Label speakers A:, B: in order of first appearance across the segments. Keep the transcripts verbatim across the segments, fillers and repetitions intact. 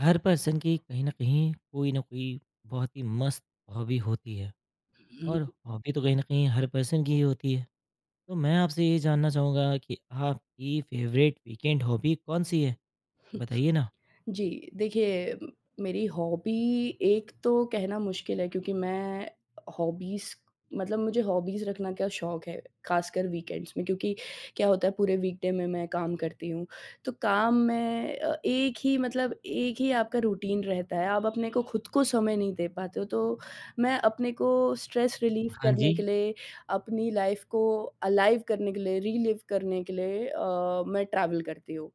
A: हर person की कहीं न कहीं कोई न कोई बहुत ही मस्त हॉबी होती है और हॉबी तो कहीं न कहीं हर पर्सन की ही होती है। तो मैं आपसे ये जानना चाहूँगा कि आपकी फ़ेवरेट वीकेंड हॉबी कौन-सी है?
B: हुँ,
A: बताइए ना।
B: जी देखिए म मेरी हॉबी एक तो कहना मुश्किल है क्योंकि मैं हॉबीज़ मतलब मुझे हॉबीज़ रखना का शौक है, खासकर वीकेंड्स में क्योंकि क्या होता है पूरे वीकडे में मैं काम करती हूँ। तो काम में अ, एक ही मतलब एक ही आपका रूटीन रहता है, आप अपने को खुद को समय नहीं दे पाते हो। तो मैं अपने को स्ट्रेस रिलीफ़
A: हाँ
B: करने
A: जी।
B: के लिए, अपनी लाइफ़ को अलाइव करने के लिए, रीलिव करने के लिए अ, मैं ट्रैवल करती हूँ।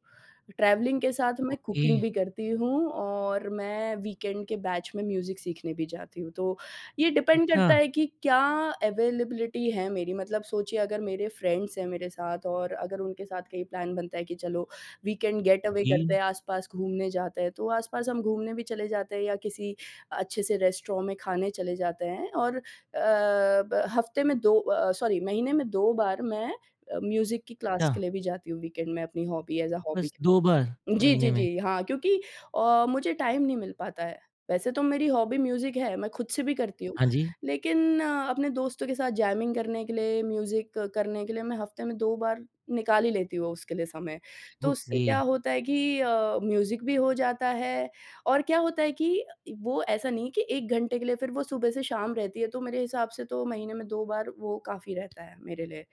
B: ट्रैवलिंग के साथ मैं
A: ओके।
B: कुकिंग भी करती हूँ और मैं वीकेंड के बैच में म्यूज़िक सीखने भी जाती हूँ। तो ये डिपेंड
A: अच्छा।
B: करता है कि क्या अवेलेबिलिटी है मेरी मतलब सोचिए अगर मेरे फ्रेंड्स हैं मेरे साथ और अगर उनके साथ कहीं प्लान बनता है कि चलो वीकेंड गेट अवे
A: जी।
B: करते हैं, आस-पास घूमने जाते हैं, तो आस-पास हम घूमने भी चले जाते हैं या किसी अच्छे से रेस्टोरेंट में खाने चले जाते हैं और अ, ब हफ़्ते में दो अ, सॉरी महीने में दो बार मैं अ, म्यूज़िक की क्लास
A: अच्छा।
B: के लिए भी जाती हूँ वीकेंड में अपनी हॉबी एज़ अ
A: बस
B: हॉबी।
A: दो बार
B: जी,
A: महीने
B: जी,
A: में।
B: जी। हाँ, क्योंकि अ, मुझे टाइम नहीं मिल पाता है। वैसे तो मेरी हॉबी म्यूज़िक है, मैं खुद से भी करती हूँ,
A: हाँ जी।
B: लेकिन अ, अपने दोस्तों के साथ जैमिंग करने के लिए, म्यूज़िक करने के लिए मैं हफ़्ते में दो बार निकाल ही लेती हूँ उसके लिए समय। तो उससे
A: ओके।
B: क्या होता है कि अ, म्यूज़िक भी हो जाता है और क्या होता है कि वो ऐसा नहीं कि एक घंटे के लिए, फिर वो सुबह से शाम रहती है, तो मेरे हिसाब से तो महीने में दो बार वो काफ़ी रहता है मेरे लिए।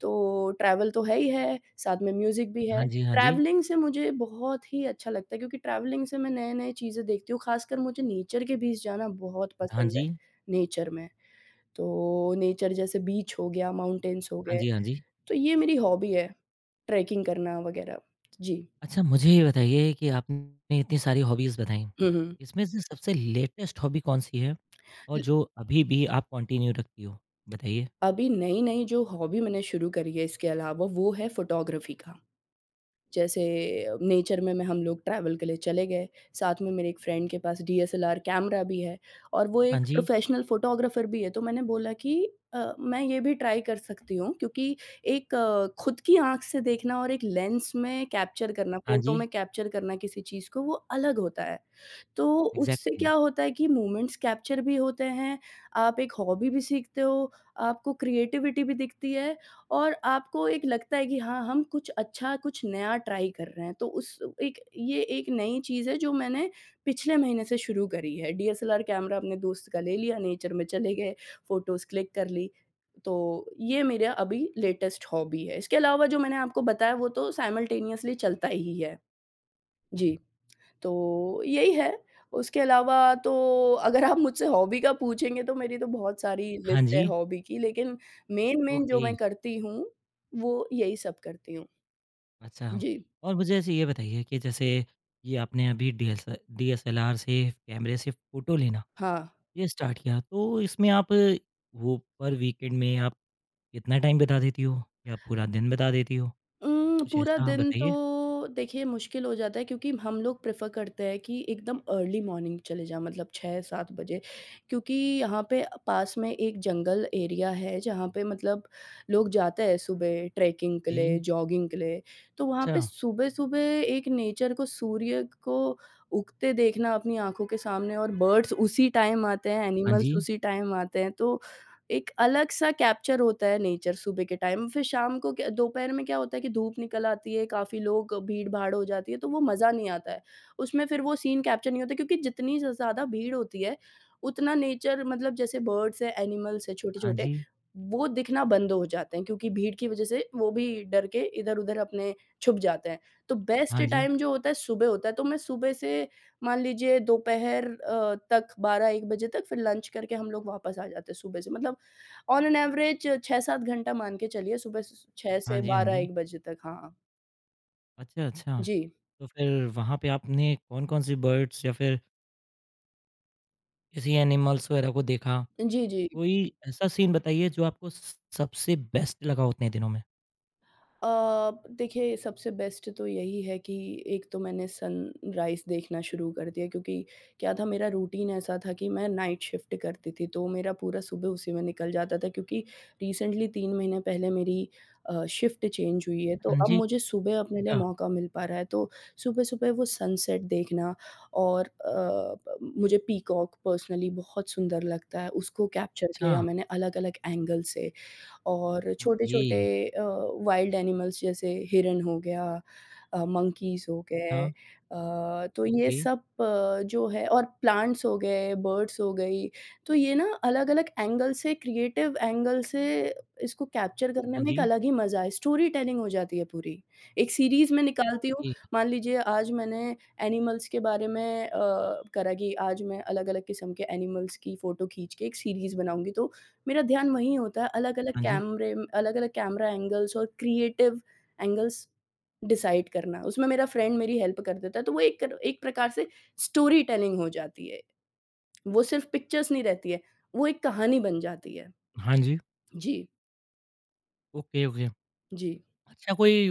B: तो ट्रैवल तो है ही है, साथ में म्यूज़िक भी
A: हाँ
B: है।
A: जी, हाँ जी।
B: ट्रैवलिंग से मुझे बहुत ही अच्छा लगता है क्योंकि ट्रैवलिंग से मैं नए-नए चीज़ें देखती हूँ, ख़ासकर मुझे नेचर के बीच जाना बहुत
A: हाँ
B: पसंद है,
A: जी।
B: नेचर में। तो नेचर जैसे बीच हो गया, माउंटेन्स हो
A: हाँ
B: गए,
A: जी, हाँ जी।
B: तो ये मेरी हॉबी है, ट्रैकिंग करना वग़ैरह। जी।
A: अच्छा, मुझे ये बताइए कि आपने इतनी सारी हॉबीज़ बताई,
B: हुँ, हुँ।
A: इसमें से सबसे लेटेस्ट हॉबी कौन-सी है? और
B: ल
A: जो अभी भी आप कंटिन्यू रखती हो? बताइए।
B: अभी नई-नई जो हॉबी मैंने शुरू करी है इसके अलावा वो है फ़ोटोग्राफ़ी का। जैसे नेचर में मैं हम लोग ट्रैवल के लिए चले गए, साथ में मेरे एक फ्रेंड के पास D S L R camera भी है और वो
A: हाँ
B: एक
A: जी,
B: प्रोफ़ेशनल फ़ोटोग्राफ़र भी है, तो मैंने बोला कि अ, मैं ये भी ट्राई कर सकती हूँ क्योंकि एक अ, खुद की आँख से देखना और एक लेंस में कैप्चर करना,
A: हाँ
B: फ़ोटो
A: जी,
B: में कैप्चर करना किसी चीज़ को, वो अलग होता है। तो उससे
A: एग्ज़ैक्टली।
B: क्या होता है कि मोमेंट्स कैप्चर भी होते हैं, आप एक हॉबी भी सीखते हो, आपको क्रिएटिविटी भी दिखती है और आपको एक लगता है कि हाँ, हम कुछ अच्छा, कुछ नया ट्राई कर रहे हैं। तो उस एक ये एक नई चीज़ है जो मैंने पिछले महीने से शुरू करी है। D S L R camera अपने दोस्त का ले लिया, नेचर में चले गए, फ़ोटोज़ क्लिक कर ली। तो ये मेरा अभी लेटेस्ट हॉबी है। इसके अलावा जो मैंने आपको बताया वो तो साइमल्टेनियसली चलता ही है। जी। तो यही है, उसके अलावा तो अगर आप मुझसे हॉबी का पूछेंगे तो मेरी तो बहुत सारी
A: हाँ
B: लिस्ट है
A: जी,
B: हॉबी की, लेकिन मेन-मेन जो
A: ओके,
B: मैं करती हूँ, वो यही सब करती हूँ।
A: अच्छा।
B: जी,
A: और मुझे ऐसे ये बताइए कि जैसे ये आपने अभी डीएस डीएसएलआर से, कैमरे से फ़ोटो लेना,
B: हाँ।
A: ये स्टार्ट किया, तो इसमें आप वो पर वीकेंड में आप कितना टाइम बिता देती हो या पूरा दिन बिता देती हो?
B: उम,
A: कुछ
B: पूरा
A: ऐसा आप
B: दिन तो
A: बताइए।
B: देखिए मुश्किल हो जाता है क्योंकि हम लोग प्रेफ़र करते हैं कि एकदम अर्ली मॉर्निंग चले जाएँ मतलब छह सात बजे क्योंकि यहाँ पे पास में एक जंगल एरिया है जहाँ पे मतलब लोग जाते हैं सुबह ट्रैकिंग के लिए,
A: जी,
B: जॉगिंग के लिए। तो वहाँ
A: अच्छा।
B: पे सुबह-सुबह एक नेचर को सूर्य को उगते देखना अपनी आँखों के सामने और बर्ड्स उसी टाइम आते हैं,
A: हाँ
B: एनिमल्स
A: जी।
B: उसी टाइम आते हैं तो एक अलग-सा कैप्चर होता है नेचर सुबह के टाइम, फिर शाम को क्या दोपहर में क्या होता है कि धूप निकल आती है, काफ़ी लोग भीड़-भाड़ हो जाती है, तो वो मज़ा नहीं आता है। उसमें फिर वो सीन कैप्चर नहीं होता क्योंकि जितनी ज़ ज़्यादा भीड़ होती है, उतना नेचर मतलब जैसे बर्ड्स हैं, एनिमल्स हैं
A: हाँ
B: छोटे-छोटे,
A: जी।
B: वो दिखना बंद हो जाते हैं क्योंकि भीड़ की वजह से वो भी डर के इधर-उधर अपने छुप जाते हैं। तो
A: हाँ
B: बेस्ट
A: जी।
B: टाइम जो होता है सुबह होता है, तो मैं सुबह से मान लीजिए दोपहर अ, तक बारह एक बजे तक फिर लंच करके हम लोग वापस आ जाते हैं सुबह से। मतलब ऑन एन एवरेज छह सात घंटा मान के चलिए सुबह स छह
A: हाँ
B: से
A: जी, हाँ जी।
B: बारह एक बजे तक, हाँ।
A: अच्छा, अच्छा।
B: जी।
A: तो फिर वहाँ पे आपने कौन-कौन सी बर्ड्स या फिर किसी एनिमल्स वगैरह को देखा?
B: जी, जी।
A: कोई ऐसा सीन बताइए जो आपको स सबसे बेस्ट लगा हो उतने दिनों में?
B: अ, देखिए सबसे बेस्ट तो यही है कि एक तो मैंने सनराइज़ देखना शुरू कर दिया क्योंकि क्या था मेरा रूटीन ऐसा था कि मैं नाइट शिफ्ट करती थी तो मेरा पूरा सुबह उसी में निकल जाता था क्योंकि रिसेंटली तीन महीने पहले मेरी अ, शिफ्ट चेंज हुई है तो
A: हाँ
B: अब
A: जी।
B: मुझे सुबह अपने लिए
A: क्या?
B: मौका मिल पा रहा है तो सुबह-सुबह वो सनसेट देखना और अ, ब मुझे पीकॉक पर्सनली बहुत सुंदर लगता है उसको कैप्चर किया
A: अच्छा।
B: मैंने अलग-अलग एंगल से। और
A: ओके।
B: छोटे-छोटे अ, वाइल्ड एनिमल्स जैसे हिरन हो गया अ, मंकीज़ हो गए
A: हाँ,
B: अ, तो ये
A: ओके।
B: सब अ, जो है और प्लांट्स हो गए, बर्ड्स हो गई, तो ये ना अलग-अलग एंगल से क्रिएटिव एंगल से इसको कैप्चर करने
A: हाँ
B: में एक
A: जी।
B: अलग ही मज़ा है, स्टोरी टेलिंग हो जाती है पूरी। एक सीरीज़ मैं निकालती हूँ,
A: ओके।
B: मान लीजिए आज मैंने एनिमल्स के बारे में अ, करा कि आज मैं अलग-अलग किस्म के एनिमल्स की फ़ोटो खींच के एक सीरीज़ बनाऊँगी तो मेरा ध्यान वहीं होता है, अलग-अलग
A: हाँ जी।
B: कैमरे अलग-अलग कैमरा एंगल्स और क्रिएटिव एंगल्स डिसाइड करना। उसमें मेरा फ्रेंड मेरी हेल्प कर देता है, तो वो एक एक प्रकार से स्टोरी टेलिंग हो जाती है। वो सिर्फ़ पिक्चर्स नहीं रहती है, वो एक कहानी बन जाती है।
A: हाँ जी।
B: जी,
A: ओके, ओके।
B: जी।
A: अच्छा कोई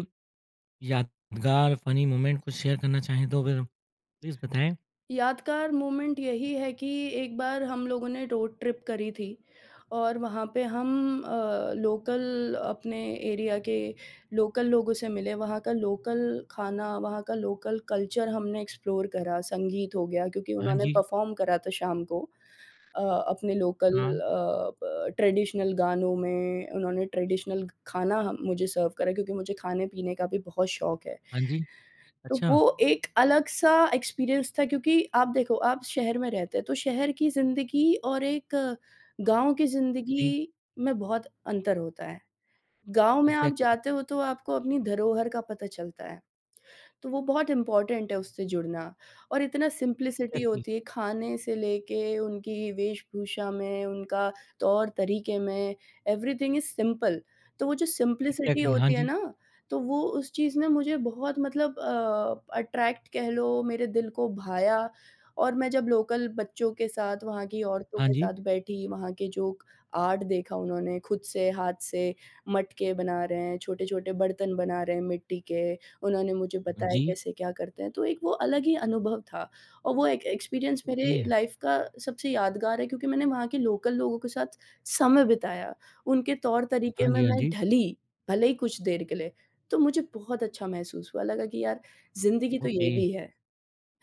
A: यादगार फ़नी मोमेंट कुछ शेयर करना चाहें तो फिर प्लीज़ बताएँ?
B: यादगार मोमेंट यही है कि एक बार हम लोगों ने रोड ट्रिप करी थी और वहाँ पे हम अ, लोकल अपने एरिया के लोकल लोगों से मिले वहाँ का लोकल खाना वहाँ का लोकल कल्चर हमने एक्सप्लोर करा संगीत हो गया क्योंकि
A: हाँ
B: उन्होंने
A: जी।
B: परफॉर्म करा था शाम को अ, अपने लोकल
A: हाँ।
B: ट्रेडिशनल गानों में उन्होंने ट्रेडिशनल खाना हम मुझे सर्व करा क्योंकि मुझे खाने पीने का भी बहुत शौक है
A: हाँ जी।
B: तो वो
A: अच्छा।
B: एक अलग-सा एक्सपीरियंस था क्योंकि आप देखो, आप शहर में रहते हैं, तो शहर की ज़िंदगी और एक गाँव की
A: जी।
B: ज़िंदगी में बहुत अंतर होता है। गाँव में आप
A: एग्ज़ैक्टली,
B: जाते हो तो आपको अपनी धरोहर का पता चलता है। तो वो बहुत इम्पोर्टेंट है उससे जुड़ना और इतना सिम्प्लिसिटी
A: एग्ज़ैक्टली,
B: होती है खाने से लेके उनकी वेशभूषा में, उनका तौर-तरीके में, एवरीथिंग इज़ सिंपल। तो वो जो सिम्प्लिसिटी
A: एग्ज़ैक्टली। हाँ
B: होती है
A: जी।
B: ना, तो वो उस चीज़ ने मुझे बहुत मतलब अ, अट्रैक्ट कह लो, मेरे दिल को भाया और मैं जब लोकल बच्चों के साथ, वहाँ की औरतों
A: हाँ
B: के
A: जी।
B: साथ बैठी, वहाँ के जो आर्ट देखा उन्होंने खुद से, हाथ से मटके बना रहे हैं, छोटे-छोटे बर्तन बना रहे हैं मिट्टी के उन्होंने मुझे बताया
A: जी,
B: कैसे क्या करते हैं, तो एक वो अलग ही अनुभव था और वो एक एक्सपीरियंस
A: ओके।
B: मेरे लाइफ का सबसे यादगार है क्योंकि मैंने वहाँ के लोकल लोगों के साथ समय बिताया, उनके तौर-तरीके
A: हाँ
B: में
A: जी, हाँ
B: मैं
A: जी।
B: ढली, भले ही कुछ देर के लिए, तो मुझे बहुत अच्छा महसूस हुआ, लगा कि यार ज़िंदगी तो
A: ओके,
B: ये भी है।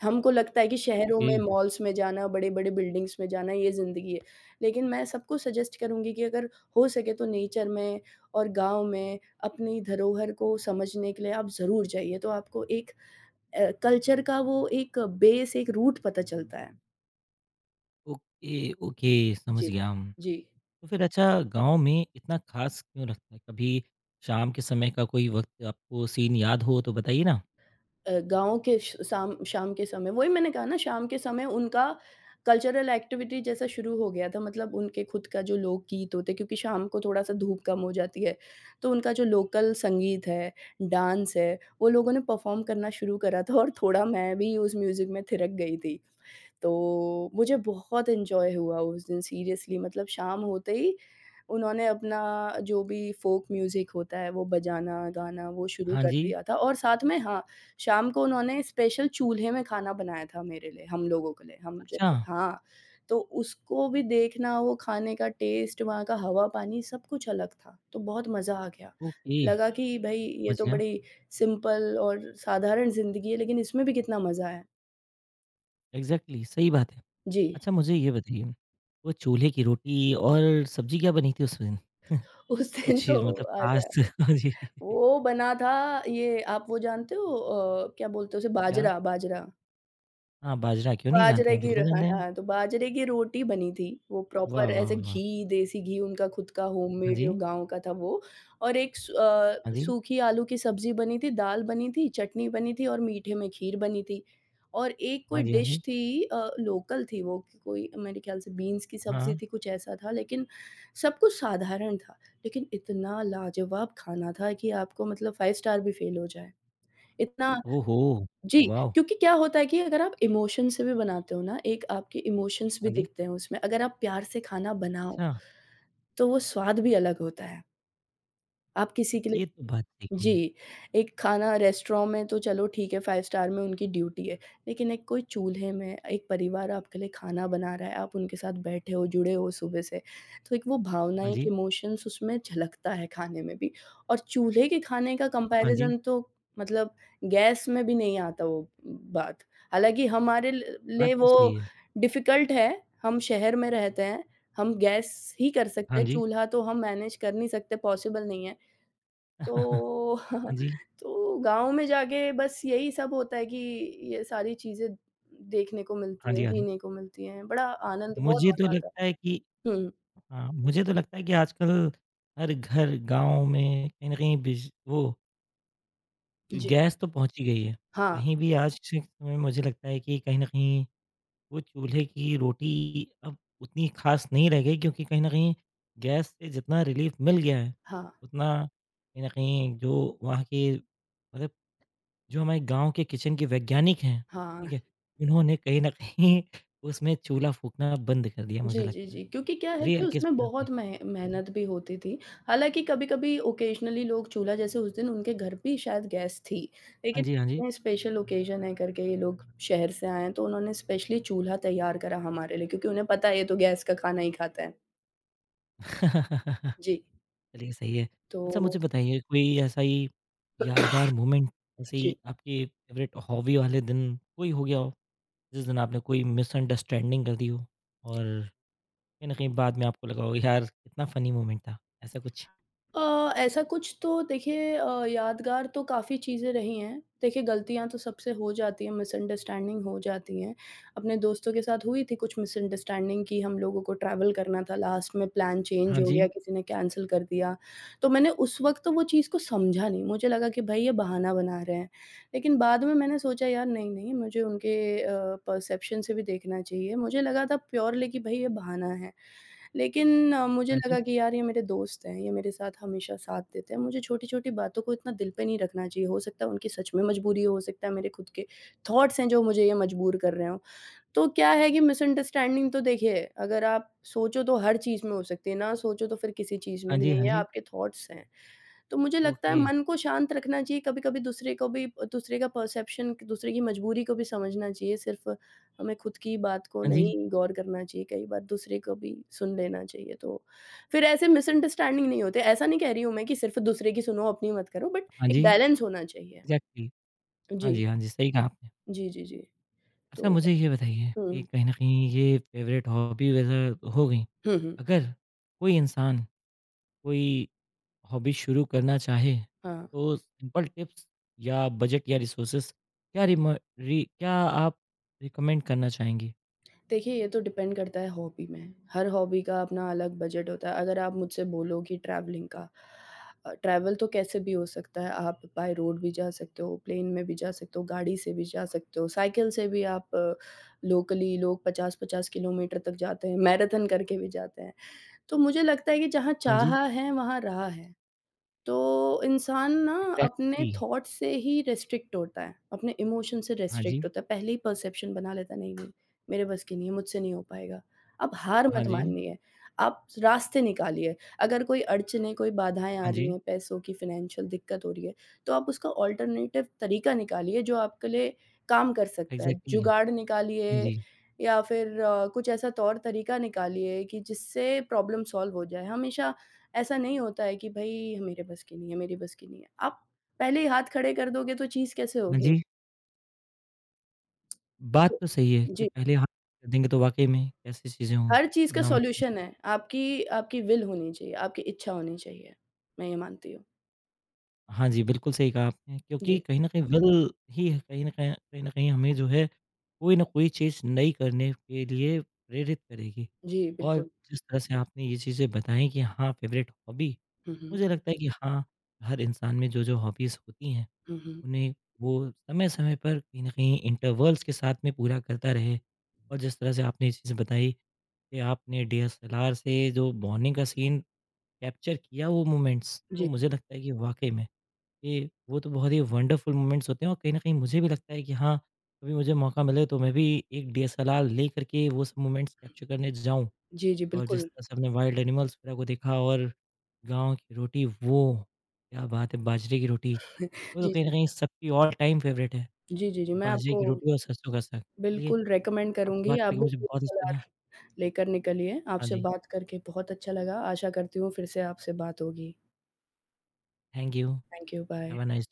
B: हमको लगता है कि शहरों
A: ओके,
B: में, मॉल्स में जाना, बड़े-बड़े बिल्डिंग्स में जाना ये ज़िंदगी है। लेकिन मैं सबको सजेस्ट करूँगी कि अगर हो सके तो नेचर में और गाँव में अपनी धरोहर को समझने के लिए आप ज़रूर जाइए, तो आपको एक अ, कल्चर का वो एक बेस, एक रूट पता चलता है।
A: ओके, ओके, समझ
B: जी।
A: गया। हम।
B: जी।
A: तो फिर अच्छा गाँव में इतना ख़ास क्यों रखते हैं? कभी शाम के समय का कोई वक़्त आपको सीन याद हो तो बताइए ना?
B: अ, गाँव के श शाम शाम के समय वही मैंने कहा ना शाम के समय उनका कल्चरल एक्टिविटी जैसा शुरू हो गया था मतलब उनके खुद का जो लोकगीत होते हैं क्योंकि शाम को थोड़ा-सा धूप कम हो जाती है, तो उनका जो लोकल संगीत है, डांस है, वो लोगों ने परफ़ॉर्म करना शुरू करा था और थोड़ा मैं भी उस म्यूज़िक में थिरक गई थी। तो मुझे बहुत एन्जॉय हुआ उस दिन सीरियसली मतलब शाम होते ही उन्होंने अपना जो भी फ़ोक म्यूज़िक होता है वो बजाना, गाना वो शुरू
A: हाँ
B: कर
A: जी।
B: दिया था और साथ में हाँ, शाम को उन्होंने स्पेशल चूल्हे में खाना बनाया था मेरे लिए, हम लोगों के लिए, हम जो
A: अच्छा,
B: हाँ, तो उसको भी देखना, वो खाने का टेस्ट, वहाँ का हवा-पानी सब कुछ अलग था, तो बहुत मज़ा आ गया।
A: ओके,
B: लगा कि भई ये
A: समझ
B: तो
A: गया।
B: बड़ी सिंपल और साधारण ज़िंदगी है लेकिन इसमें भी कितना मज़ा है।
A: एग्ज़ैक्टली सही बात है।
B: जी।
A: अच्छा मुझे ये बताइए, वो चूल्हे की रोटी और सब्ज़ी क्या बनी थी उस दिन?
B: उस दिन
A: कुछ
B: तो
A: मतलब ख़ास
B: आजा
A: हाँ जी।
B: वो बना था ये आप वो जानते हो अ, क्या बोलते हैं उसे
A: क्या?
B: बाजरा, बाजरा।
A: हाँ, बाजरा क्यों नहीं जानते
B: बाजरे
A: हैं,
B: की
A: बिल्कुल
B: र हाँ,
A: जानते हैं।
B: हाँ, तो बाजरे की रोटी बनी थी, वो
A: वाह,
B: प्रॉपर
A: वाह,
B: ऐसे
A: वाह! वाह।
B: घी, देसी घी उनका खुद का
A: हाँ
B: होममेड
A: जी,
B: जो गाँव का था वो और एक स
A: हाँ
B: अ,
A: जी।
B: सूखी आलू की सब्ज़ी बनी थी, दाल बनी थी, चटनी बनी थी और मीठे में खीर बनी थी और एक
A: हाँ
B: कोई
A: जी, हाँ
B: डिश
A: जी।
B: थी अ, लोकल थी वो कि कोई मेरे ख़्याल से बीन्स की सब्ज़ी
A: हाँ।
B: थी, कुछ ऐसा था लेकिन सब कुछ साधारण था, लेकिन इतना लाजवाब खाना था कि आपको मतलब फाइव स्टार भी फ़ेल हो जाए। इतना
A: ओहो!
B: जी,
A: वॉव!
B: क्योंकि क्या होता है कि अगर आप इमोशन से भी बनाते हो ना, एक आपके इमोशंस भी
A: हाँ जी।
B: दिखते हैं उसमें। अगर आप प्यार से खाना बनाओ,
A: अच्छा,
B: तो वो स्वाद भी अलग होता है। आप किसी के लिए
A: ये तो बात सही कही है।
B: जी, एक खाना रेस्टोरेंट में तो चलो ठीक है, फाइव स्टार में उनकी ड्यूटी है। लेकिन एक कोई चूल्हे में एक परिवार आपके लिए खाना बना रहा है, आप उनके साथ बैठे हो, जुड़े हो सुबह से। तो एक वो भावना,
A: हाँ
B: एक
A: जी,
B: इमोशंस उसमें झलकता है खाने में भी। और चूल्हे के खाने का
A: हाँ जी,
B: कंपैरिज़न तो मतलब गैस में भी नहीं आता वो बात। हालाँकि हमारे ल
A: बात
B: लिए
A: तो सही
B: वो
A: है।
B: डिफ़िकल्ट है, हम शहर में रहते हैं, हम गैस ही कर सकते
A: हाँ
B: हैं,
A: जी।
B: चूल्हा तो हम मैनेज कर नहीं सकते, पॉसिबल नहीं है। तो
A: हाँ जी,
B: तो गाँव में जाके बस यही सब होता है कि ये सारी चीज़ें देखने को
A: हाँ
B: मिलती
A: जी,
B: हैं,
A: हाँ जी।
B: जीने को मिलती हैं, बड़ा आनंद बहुत
A: मुझे तो
B: मज़ा आता
A: लगता है कि
B: है। हुँ,
A: हाँ, मुझे तो लगता है कि आजकल हर घर गाँव में कहीं न कहीं बिज वो
B: जी।
A: गैस तो पहुँच ही गई है।
B: हाँ,
A: कहीं भी आज के समय में मुझे लगता है कि कहीं न कहीं वो चूल्हे की रोटी अब उतनी खास नहीं रह गई क्योंकि कहीं न कहीं गैस से जितना रिलीफ़ मिल गया है,
B: हाँ,
A: उतना कहीं न कहीं जो वहाँ के मतलब जो हमारे गाँव के किचन के वैज्ञानिक हैं,
B: हाँ।
A: ठीक है? उन्होंने कहीं न कहीं उसमें चूल्हा फूँकना बंद कर दिया मुझे
B: जी, जी,
A: लगता है।
B: जी, क्योंकि क्या है कि
A: रेयर केस
B: उसमें
A: में आती है।
B: बहुत मेह
A: जी।
B: मेहनत भी होती थी। हालाँकि कभी-कभी ओकेजनली लोग चूल्हा जैसे उस दिन उनके घर भी शायद गैस थी,
A: हाँ
B: लेकिन
A: जी, हाँ जी।
B: इतने स्पेशल ओकेजन है करके ये लोग शहर से आए हैं, तो उन्होंने स्पेशली चूल्हा तैयार करा हमारे लिए क्योंकि उन्हें पता है ये तो गैस का खाना ही खाता है। जी।
A: चलिए सही है।
B: तो
A: अच्छा मुझे बताइए कोई ऐसा ही यादगार मोमेंट ऐसे
B: जी।
A: ही आपके फ़ेवरेट हॉबी वाले दिन कोई हो गया हो? जिस दिन आपने कोई मिसअंडरस्टैंडिंग कर दी हो और कहीं न कहीं बाद में आपको लगा हो यार कितना फ़नी मोमेंट था, ऐसा कुछ?
B: अ, ऐसा कुछ तो देखिए अ, यादगार तो काफ़ी चीज़ें रही हैं। देखिए गलतियाँ तो सबसे हो जाती हैं, मिसअंडरस्टैंडिंग हो जाती हैं। अपने दोस्तों के साथ हुई थी कुछ मिसअंडरस्टैंडिंग कि हम लोगों को ट्रैवल करना था, लास्ट में प्लान चेंज
A: हाँ
B: हो
A: जी,
B: गया, किसी ने कैंसल कर दिया। तो मैंने उस वक़्त तो वो चीज़ को समझा नहीं, मुझे लगा कि भई ये बहाना बना रहे हैं। लेकिन बाद में मैंने सोचा यार नहीं-नहीं मुझे उनके अ, परसेप्शन से भी देखना चाहिए। मुझे लगा था प्योरली कि भई ये बहाना है। लेकिन अ, मुझे
A: हाँ जी,
B: लगा कि यार ये मेरे दोस्त हैं, ये मेरे साथ हमेशा साथ देते हैं, मुझे छोटी-छोटी बातों को इतना दिल पे नहीं रखना चाहिए। हो सकता है उनकी सच में मजबूरी हो, हो सकता है मेरे खुद के थॉट्स हैं जो मुझे ये मजबूर कर रहे हों। तो क्या है कि मिसअंडरस्टैंडिंग तो देखिए, अगर आप सोचो तो हर चीज़ में हो सकती है, ना सोचो तो फिर किसी चीज़ में
A: हाँ
B: नहीं
A: जी,
B: है,
A: हाँ
B: ये
A: जी,
B: आपके थॉट्स हैं। तो मुझे लगता है
A: ओके,
B: मन को शांत रखना चाहिए, कभी-कभी दूसरे को भी दूसरे का परसेप्शन, दूसरे की मजबूरी को भी समझना चाहिए, सिर्फ़ हमें खुद की बात को
A: हाँ जी,
B: नहीं गौर करना चाहिए, कई बार दूसरे को भी सुन लेना चाहिए। तो फिर ऐसे मिसअंडरस्टैंडिंग नहीं होते, ऐसा नहीं कह रही हूँ मैं कि सिर्फ़ दूसरे की सुनो, अपनी मत करो, बट
A: हाँ
B: एक
A: जी,
B: बैलेंस होना चाहिए।
A: एग्ज़ैक्टली, हाँ
B: जी।
A: जी, हाँ जी, सही कहा आपने।
B: जी, जी, जी।
A: अच्छा
B: तो
A: मुझे ये बताइए कि
B: हुँ।
A: कहीं न कहीं ये फ़ेवरेट हॉबी वगैरह हो गई,
B: हुँ, हुँ।
A: अगर कोई इंसान कोई हॉबी शुरू करना चाहे,
B: हाँ।
A: तो सिंपल टिप्स या बजट या रिसोर्सेज़ क्या रिम री क्या आप रिकमेंड करना चाहेंगी?
B: देखिए, ये तो डिपेंड करता है हॉबी में। हर हॉबी का अपना अलग बजट होता है। अगर आप मुझसे बोलो कि ट्रैवलिंग का अ, ट्रैवल तो कैसे भी हो सकता है। आप बाय रोड भी जा सकते हो, प्लेन में भी जा सकते हो, गाड़ी से भी जा सकते हो, साइकिल से भी आप लोकली लोग पचास पचास किलोमीटर तक जाते हैं, मैराथन करके भी जाते हैं। तो मुझे लगता है कि जहाँ
A: हाँ जी।
B: चाहा है, वहाँ रहा है। तो इंसान ना अपने
A: एग्ज़ैक्टली
B: थॉट से ही रिस्ट्रिक्ट होता है, अपने इमोशन से
A: हाँ जी,
B: रिस्ट्रिक्ट होता है, पहले ही परसेप्शन बना लेता है नहीं-नहीं मेरे बस की नहीं है, मुझसे नहीं हो पाएगा। आप हार
A: हाँ
B: मत
A: जी,
B: मानिए, आप रास्ते निकालिए, अगर कोई अड़चनें, कोई बाधाएँ आ
A: हाँ
B: रही
A: जी,
B: हैं, पैसों की फ़ाइनेंशियल दिक्कत हो रही है, तो आप उसका ऑल्टरनेटिव तरीका निकालिए जो आपके लिए काम कर सकता है।
A: एग्ज़ैक्टली हाँ
B: जुगाड़ निकालिए
A: जी,
B: या फिर अ, कुछ ऐसा तौर तरीका निकालिए कि जिससे प्रॉब्लम सॉल्व हो जाए। हमेशा ऐसा नहीं होता है कि भई मेरे बस की नहीं है, मेरी बस की नहीं है। आप पहले ही हाथ खड़े कर दोगे तो चीज़ कैसे
A: हाँ
B: होगी?
A: जी। बात
B: तो
A: तो सही है कि
B: जी,
A: पहले हाथ कर देंगे तो वाक़ई में कैसी चीज़ें होंगी,
B: हर चीज़ का
A: नामुमकिन
B: सॉल्यूशन
A: चीज़।
B: है। आपकी आपकी विल होनी चाहिए, आपकी इच्छा होनी चाहिए। मैं ये मानती हूँ।
A: हाँ जी, बिल्कुल सही कहा आपने क्योंकि
B: जी,
A: कहीं न कहीं विल ही है कहीं न कहीं कहीं न कहीं हमें जो है कोई न कोई चीज़ नई करने के लिए प्रेरित करेगी।
B: जी
A: और
B: बिल्कुल।
A: जिस तरह से आपने ये चीज़ें बताई कि हाँ, फ़ेवरेट हॉबी,
B: हुँ, हुँ।
A: मुझे लगता है कि हाँ, हर इंसान में जो-जो हॉबीज़ होती हैं
B: हुँ, हुँ।
A: उन्हें वो समय-समय पर कहीं न कहीं इंटरवल्स के साथ में पूरा करता रहे। और जिस तरह से आपने ये चीज़ बताई कि आपने डीएसएलआर से जो मॉर्निंग का सीन कैप्चर किया वो मोमेंट्स, तो
B: जी।
A: मुझे लगता है कि वाक़ई में ये वो तो बहुत ही वंडरफुल मोमेंट्स होते हैं और कहीं न कहीं मुझे भी लगता है कि हाँ, कभी मुझे मौका मिले तो मैं भी एक डीएसएलआर लेकर के वो सब मोमेंट्स कैप्चर करने जाऊँ।
B: जी, जी
A: और जिस
B: बिल्कुल।
A: तरह से हमने वाइल्ड एनिमल्स वगैरह को देखा और गाँव की रोटी वो, क्या बात है बाजरे की रोटी, वो तो
B: जी,
A: कहीं न
B: जी।
A: कहीं सबकी ऑल टाइम फेवरेट है,
B: जी, जी, जी, मैं
A: बाजरे
B: आपको
A: की रोटी और सरसों का साग। चलिए
B: बिल्कुल रिकमेंड
A: आपसे
B: करूँगी।
A: बात
B: आप
A: करके
B: भी
A: मुझे
B: पूरी
A: बहुत अच्छा लगा।
B: सलाह लेकर निकलिए।
A: हाँ
B: आपसे
A: जी,
B: बात करके बहुत अच्छा लगा। आशा करती हूँ फिर से आपसे बात होगी।
A: Thank you,
B: thank you, bye.
A: Have a nice